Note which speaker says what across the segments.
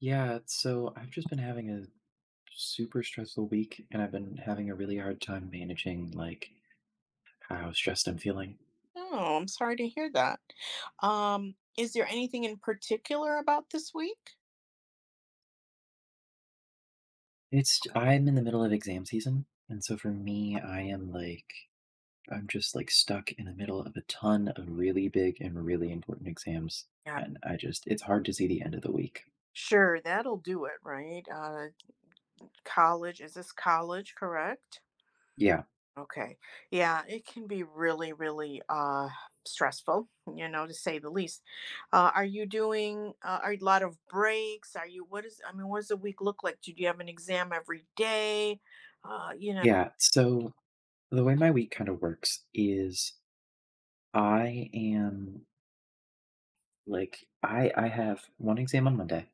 Speaker 1: Yeah, so I've just been having a super stressful week, and I've been having a really hard time managing like how stressed I'm feeling.
Speaker 2: Oh, I'm sorry to hear that. Is there anything in particular about this week?
Speaker 1: It's I'm in the middle of exam season, and so for me, I'm just like stuck in the middle of a ton of really big and really important exams,
Speaker 2: Yeah,
Speaker 1: and I just it's hard to see the end of the week.
Speaker 2: sure, that'll do it, right? College, is this college, correct?
Speaker 1: Yeah.
Speaker 2: Okay. Yeah, it can be really, really stressful, to say the least. Are you doing are a lot of breaks? Are you what is I mean, what does the week look like? Do you have an exam every day? You know.
Speaker 1: Yeah, so the way my week kind of works is I am like I have one exam on Monday.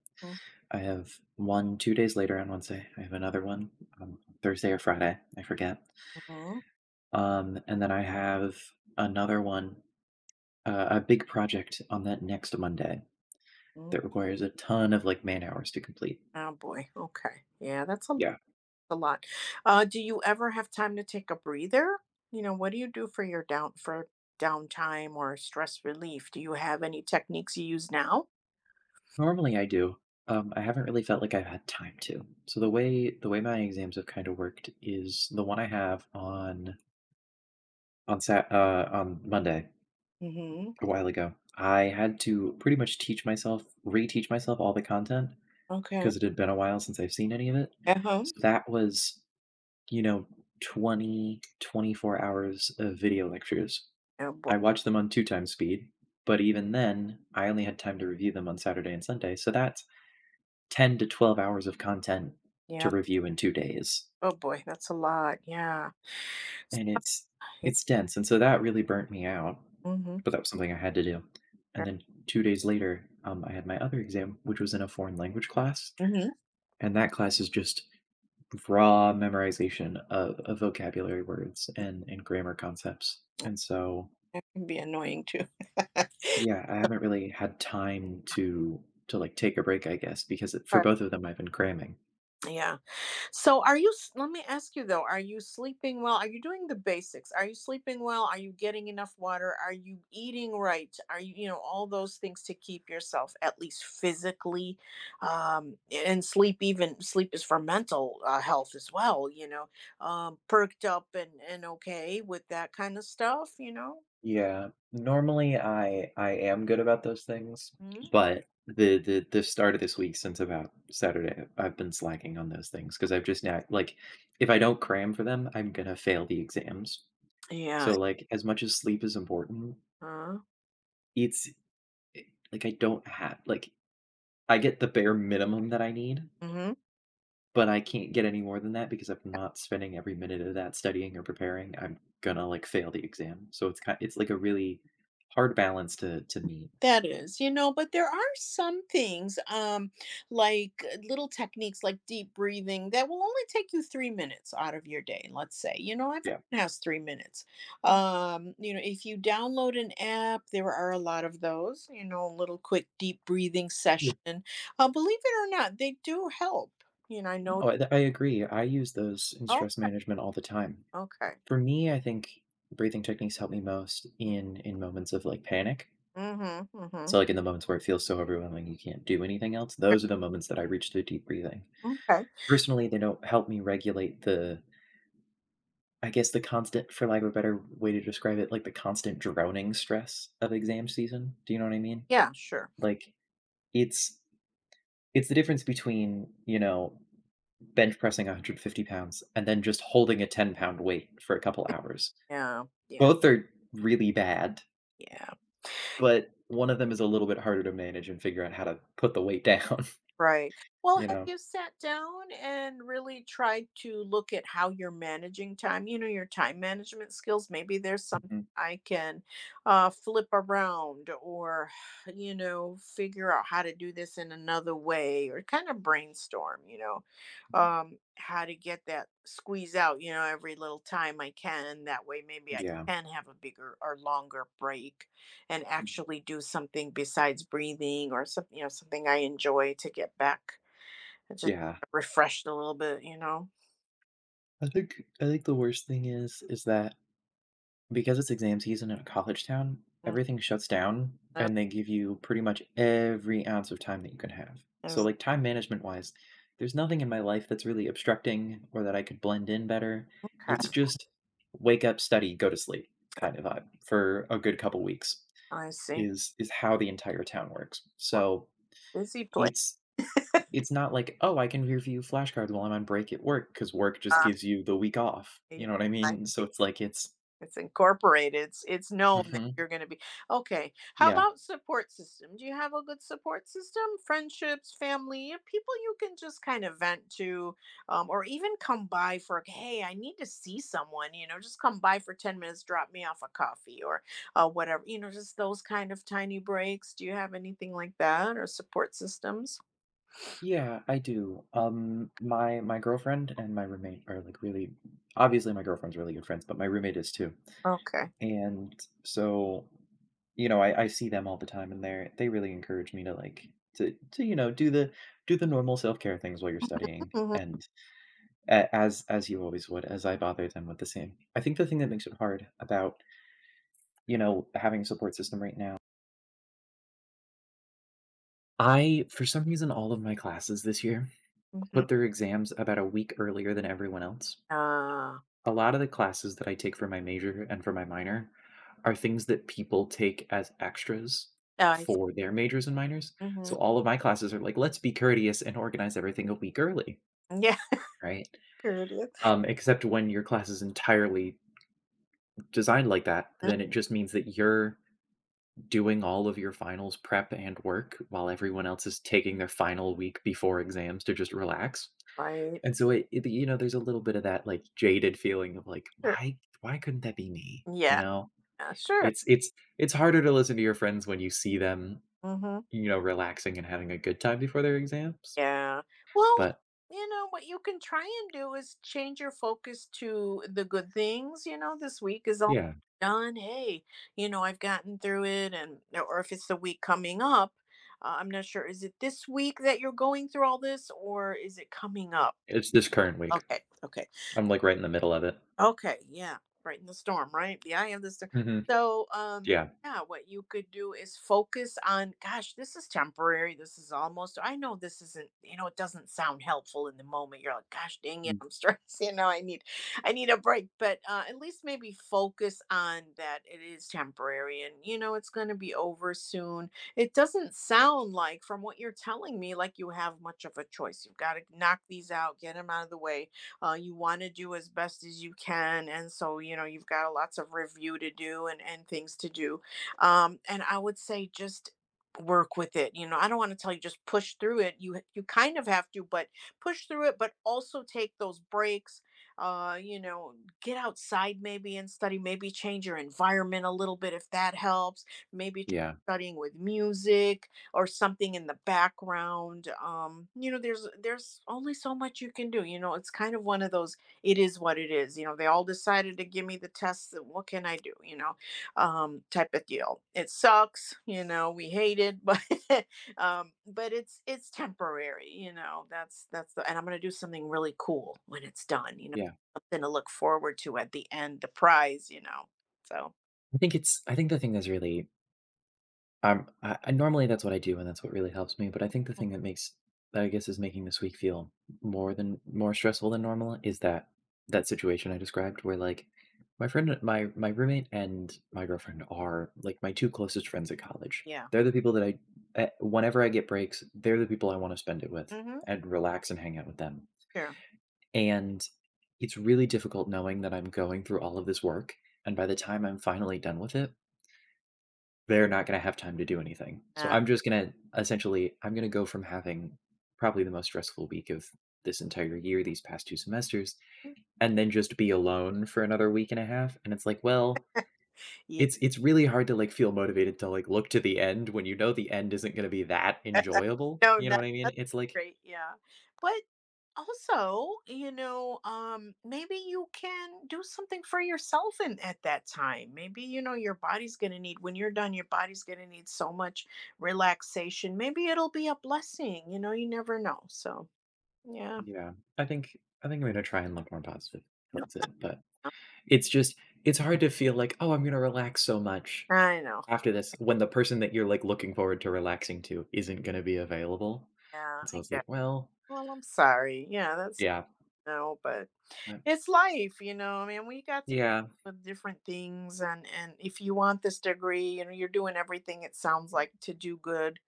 Speaker 1: I have one 2 days later on Wednesday, I have another one. On Thursday or Friday, I forget.
Speaker 2: Mhm.
Speaker 1: And then I have another one, a big project on that next Monday
Speaker 2: Mm.
Speaker 1: that requires a ton of, like, man-hours to complete.
Speaker 2: Oh boy. Okay. Yeah, that's a
Speaker 1: Yeah.
Speaker 2: a lot. Do you ever have time to take a breather? You know, what do you do for your downtime or stress relief? Do you have any techniques you use now?
Speaker 1: Normally I do. I haven't really felt like I've had time to. So the way my exams have kinda worked is the one I have on Monday.
Speaker 2: Hmm.
Speaker 1: A while ago, I had to pretty much teach myself reteach myself all the content,
Speaker 2: Okay.
Speaker 1: 'cause it had been a while since I've seen any of it.
Speaker 2: At
Speaker 1: So
Speaker 2: home?
Speaker 1: that was, you know, 20 24 hours of video lectures.
Speaker 2: Oh boy.
Speaker 1: I watched them on 2 times speed, but even then, I only had time to review them on Saturday and Sunday, so that's 10 to 12 hours of content to
Speaker 2: Yeah.
Speaker 1: review in 2 days.
Speaker 2: Oh boy, that's a lot. Yeah.
Speaker 1: And it's dense, and so that really burnt me out,
Speaker 2: Mm-hmm.
Speaker 1: but that was something I had to do. And then 2 days later, I had my other exam, which was in a foreign language class.
Speaker 2: Mm-hmm.
Speaker 1: And that class is just raw memorization of vocabulary words and grammar concepts. And so,
Speaker 2: Can be annoying too.
Speaker 1: yeah, I haven't really had time to like take a break, I guess, because for
Speaker 2: Alright.
Speaker 1: both of them, I've been cramming.
Speaker 2: Yeah. So let me ask you though, are you sleeping well? Are you doing the basics? Are you sleeping well? Are you getting enough water? Are you eating right? Are you, all those things to keep yourself at least physically and sleep, even sleep is for mental health as well, you know. Perked up and okay with that kind of stuff, you know?
Speaker 1: Yeah, normally I am good about those things,
Speaker 2: Mhm.
Speaker 1: but the start of this week since about Saturday, I've been slacking on those things, because I've just now like if I don't cram for them, I'm gonna fail the exams.
Speaker 2: Yeah.
Speaker 1: So like as much as sleep is important,
Speaker 2: Uh,
Speaker 1: it's like I don't have like I get the bare minimum that I need,
Speaker 2: mhm.
Speaker 1: but I can't get any more than that, because if I'm not spending every minute of that studying or preparing, I'm gonna, like, fail the exam. So it's like a really hard balance to meet.
Speaker 2: That is, but there are some things, like little techniques like deep breathing that will only take you 3 minutes out of your day, let's say. You know, everyone
Speaker 1: Yeah.
Speaker 2: has 3 minutes. If you download an app, there are a lot of those, little quick deep breathing
Speaker 1: Mhm.
Speaker 2: session. Believe it or not, they do help. You know, I know.
Speaker 1: Oh, I agree. I use those in
Speaker 2: Oh,
Speaker 1: stress management all the time.
Speaker 2: okay.
Speaker 1: For me, I think breathing techniques help me most in moments of, like, panic.
Speaker 2: Mm-hmm. Mm-hmm.
Speaker 1: So, like, in the moments where it feels so overwhelming you can't do anything else,
Speaker 2: Okay.
Speaker 1: those are the moments that I reach to deep breathing.
Speaker 2: Okay.
Speaker 1: Personally, they don't help me regulate the I guess the constant, for lack of a better way to describe it, like, the constant drowning stress of exam season. Do you know what I mean?
Speaker 2: Yeah, sure.
Speaker 1: Like, it's it's the difference between, you know, bench pressing 150 pounds and then just holding a 10-pound weight for a couple hours.
Speaker 2: Yeah. Yeah.
Speaker 1: Both are really bad,
Speaker 2: Yeah.
Speaker 1: but one of them is a little bit harder to manage and figure out how to put the weight down,
Speaker 2: Right. Well,
Speaker 1: you
Speaker 2: have
Speaker 1: know?
Speaker 2: you sat down and really tried to look at how you're managing time? You know, your time management skills. Maybe there's something
Speaker 1: Mhm,
Speaker 2: I can flip around, or figure out how to do this in another way, or kind of brainstorm,
Speaker 1: mhm,
Speaker 2: how to get that squeeze out, every little time I can. That way, maybe I
Speaker 1: yeah,
Speaker 2: can have a bigger or longer break and
Speaker 1: mhm,
Speaker 2: actually do something besides breathing, or something I enjoy to get back just
Speaker 1: yeah.
Speaker 2: refreshed a little bit, you know?
Speaker 1: I think the worst thing is that because it's exam season in a college town,
Speaker 2: Mm,
Speaker 1: everything shuts down
Speaker 2: uh,
Speaker 1: and they give you pretty much every ounce of time that you can have. So, like, time management wise, there's nothing in my life that's really obstructing or that I could blend in better.
Speaker 2: okay,
Speaker 1: It's just wake up, study, go to sleep kind of vibe for a good couple weeks
Speaker 2: I see.
Speaker 1: is how the entire town works.
Speaker 2: Well,
Speaker 1: So
Speaker 2: busy place.
Speaker 1: it's it's not like, oh, I can review flashcards while I'm on break at work, because work just
Speaker 2: Ah,
Speaker 1: gives you the week off.
Speaker 2: ye
Speaker 1: You know what I
Speaker 2: I
Speaker 1: mean? So
Speaker 2: see.
Speaker 1: it's like it's
Speaker 2: It's incorporated. It's known that
Speaker 1: hmm
Speaker 2: you're going to be okay. How
Speaker 1: Yeah.
Speaker 2: about support system? Do you have a good support system? Friendships, family, people you can just kind of vent to, or even come by for. Hey, I need to see someone. You know, just come by for 10 minutes. Drop me off a coffee or whatever. You know, just those kind of tiny breaks. Do you have anything like that or support systems?
Speaker 1: Yeah, I do. My girlfriend and my roommate are like really, obviously my girlfriend's really good friends, but my roommate is too.
Speaker 2: Okay.
Speaker 1: And so, you know, I see them all the time, and they really encourage me to like to, you know, do the normal self-care things while you're studying,
Speaker 2: Hmm.
Speaker 1: and as you always would, as I bother them with the same. I think the thing that makes it hard about, you know, having a support system right now, I for some reason all of my classes this year
Speaker 2: Hmm.
Speaker 1: put their exams about a week earlier than everyone else.
Speaker 2: Uh,
Speaker 1: A lot of the classes that I take for my major and for my minor are things that people take as extras
Speaker 2: I.
Speaker 1: for their majors and minors. So
Speaker 2: Hmm.
Speaker 1: all of my classes are like, let's be courteous and organize everything a week early,
Speaker 2: Yeah.
Speaker 1: right?
Speaker 2: Here it is.
Speaker 1: Except when your class is entirely designed like that, then it just means that you're doing all of your finals prep and work while everyone else is taking their final week before exams to just relax.
Speaker 2: Right.
Speaker 1: And so you know, there's a little bit of that like jaded feeling of like,
Speaker 2: Sure.
Speaker 1: why couldn't that be me? You
Speaker 2: Yeah.
Speaker 1: know,
Speaker 2: Yeah, sure.
Speaker 1: It's it's it's harder to listen to your friends when you see them,
Speaker 2: Hmm.
Speaker 1: you know, relaxing and having a good time before their exams.
Speaker 2: Yeah. Well,
Speaker 1: But
Speaker 2: what you can try and do is change your focus to the good things. This week is all
Speaker 1: yeah,
Speaker 2: done. Hey, I've gotten through it. And, or if it's the week coming up, I'm not sure. Is it this week that you're going through all this or is it coming up?
Speaker 1: it's this current week.
Speaker 2: Okay. Okay.
Speaker 1: I'm, like, right in the middle of it.
Speaker 2: Okay, yeah, right in the storm, right? The eye of the storm.
Speaker 1: Mhm.
Speaker 2: So,
Speaker 1: Yeah.
Speaker 2: yeah, what you could do is focus on, gosh, this is temporary. This is almost, I know this isn't, it doesn't sound helpful in the moment. You're like, gosh, dang it,
Speaker 1: Mm.
Speaker 2: I'm stressed. I need, a break. But at least maybe focus on that it is temporary, and it's going to be over soon. It doesn't sound like, from what you're telling me, like you have much of a choice. You've got to knock these out, get them out of the way. You want to do as best as you can, and so you've got lots of review to do, and things to do, and I would say just work with it. I don't want to tell you just push through it. You kind of have to, but push through it, but also take those breaks. uh you know get outside maybe and study, maybe change your environment a little bit if that helps. Maybe
Speaker 1: Yeah,
Speaker 2: studying with music or something in the background. There's only so much you can do. It's kind of one of those. It is what it is. They all decided to give me the test, so what can I do? Type of deal. It sucks. We hate it. But it's temporary, you know. That's the and I'm going to do something really cool when it's done, you know,
Speaker 1: yeah.
Speaker 2: something to look forward to at the end, the prize, you know. So,
Speaker 1: I think the thing that's really— I normally, that's what I do, and that's what really helps me. But I think the thing that makes that I guess is making this week feel more stressful than normal is that that situation I described, where like my roommate and my girlfriend are like my two closest friends at college.
Speaker 2: yeah.
Speaker 1: They're the people that whenever I get breaks, they're the people I want to spend it with
Speaker 2: Hmm.
Speaker 1: and relax and hang out with them.
Speaker 2: Sure.
Speaker 1: And it's really difficult knowing that I'm going through all of this work, and by the time I'm finally done with it, they're not gonna have time to do anything. So
Speaker 2: Uh,
Speaker 1: I'm gonna go from having probably the most stressful week of this entire year, these past 2 semesters, and then just be alone for another week and a half. And it's like, well, it's really hard to, like, feel motivated to, like, look to the end when you know the end isn't gonna be that enjoyable,
Speaker 2: no,
Speaker 1: you know
Speaker 2: no,
Speaker 1: what I mean?
Speaker 2: that's
Speaker 1: It's like
Speaker 2: great. Yeah. But also, you know, maybe you can do something for yourself in at that time. Maybe, you know, your body's gonna need when you're done, your body's gonna need so much relaxation. Maybe it'll be a blessing, you know, you never know. So yeah.
Speaker 1: Yeah, I think I think I'm gonna try and look more positive towards it, but it's just it's hard to feel like, "Oh, I'm gonna relax so much."
Speaker 2: I know.
Speaker 1: After this, when the person that you're, like, looking forward to relaxing to isn't gonna be available,
Speaker 2: Yeah,
Speaker 1: and so
Speaker 2: I
Speaker 1: it's like,
Speaker 2: get.
Speaker 1: "Well."
Speaker 2: Well, I'm sorry. Yeah, that's
Speaker 1: Yeah,
Speaker 2: no, but
Speaker 1: but
Speaker 2: it's life, you know, I mean, we got to
Speaker 1: yeah,
Speaker 2: with different things, and if you want this degree, and you're doing everything it sounds like to do good,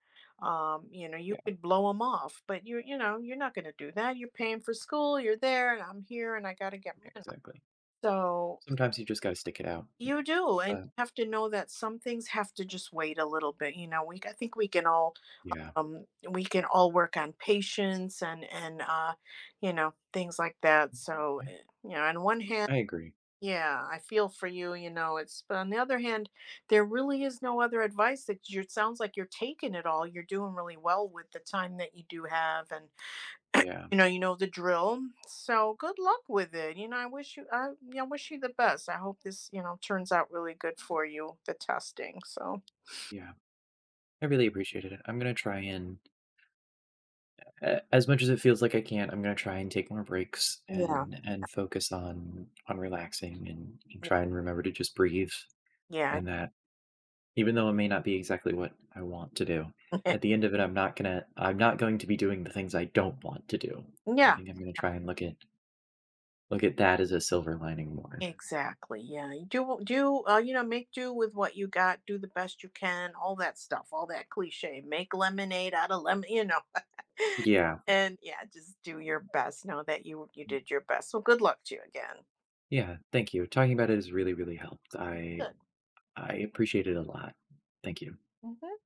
Speaker 2: you know, you
Speaker 1: yeah,
Speaker 2: could blow them off, but you know, you're not going to do that. You're paying for school, you're there, and I'm here and I got to get,
Speaker 1: yeah,
Speaker 2: you know.
Speaker 1: exactly.
Speaker 2: So
Speaker 1: Sometimes you just gotta stick it out,
Speaker 2: you do, and you
Speaker 1: but
Speaker 2: have to know that some things have to just wait a little bit, you know. We I think
Speaker 1: yeah,
Speaker 2: we can all work on patience and and you know, things like that. So,
Speaker 1: I
Speaker 2: you know, on one hand,
Speaker 1: I agree.
Speaker 2: yeah, I feel for you, you know, it's but on the other hand, there really is no other advice that you it sounds like you're taking it all. You're doing really well with the time that you do have, and
Speaker 1: Yeah,
Speaker 2: you know the drill. So good luck with it. You know, I wish you yeah, I wish you the best. I hope this, you know, turns out really good for you, the testing. So
Speaker 1: yeah. I really appreciated it. I'm gonna try and a as much as it feels like I can't, I'm gonna try and take more breaks,
Speaker 2: yeah.
Speaker 1: and focus on relaxing, and try and remember to just breathe.
Speaker 2: Yeah.
Speaker 1: And that Even though it may not be exactly what I want to do, at the end of it, I'm not going to be doing the things I don't want to do. And I
Speaker 2: Yeah.
Speaker 1: think I'm gonna try and look at that as a silver lining more.
Speaker 2: Exactly. Yeah. You do you know, make do with what you got, do the best you can, all that stuff, all that cliche. Make lemonade out of lemon, you know.
Speaker 1: Yeah.
Speaker 2: And yeah, just do your best. Know that you did your best. So good luck to you again.
Speaker 1: Yeah, thank you. Talking about it has really, really helped. I
Speaker 2: Good.
Speaker 1: I appreciate it a lot. Thank you.
Speaker 2: Mhm.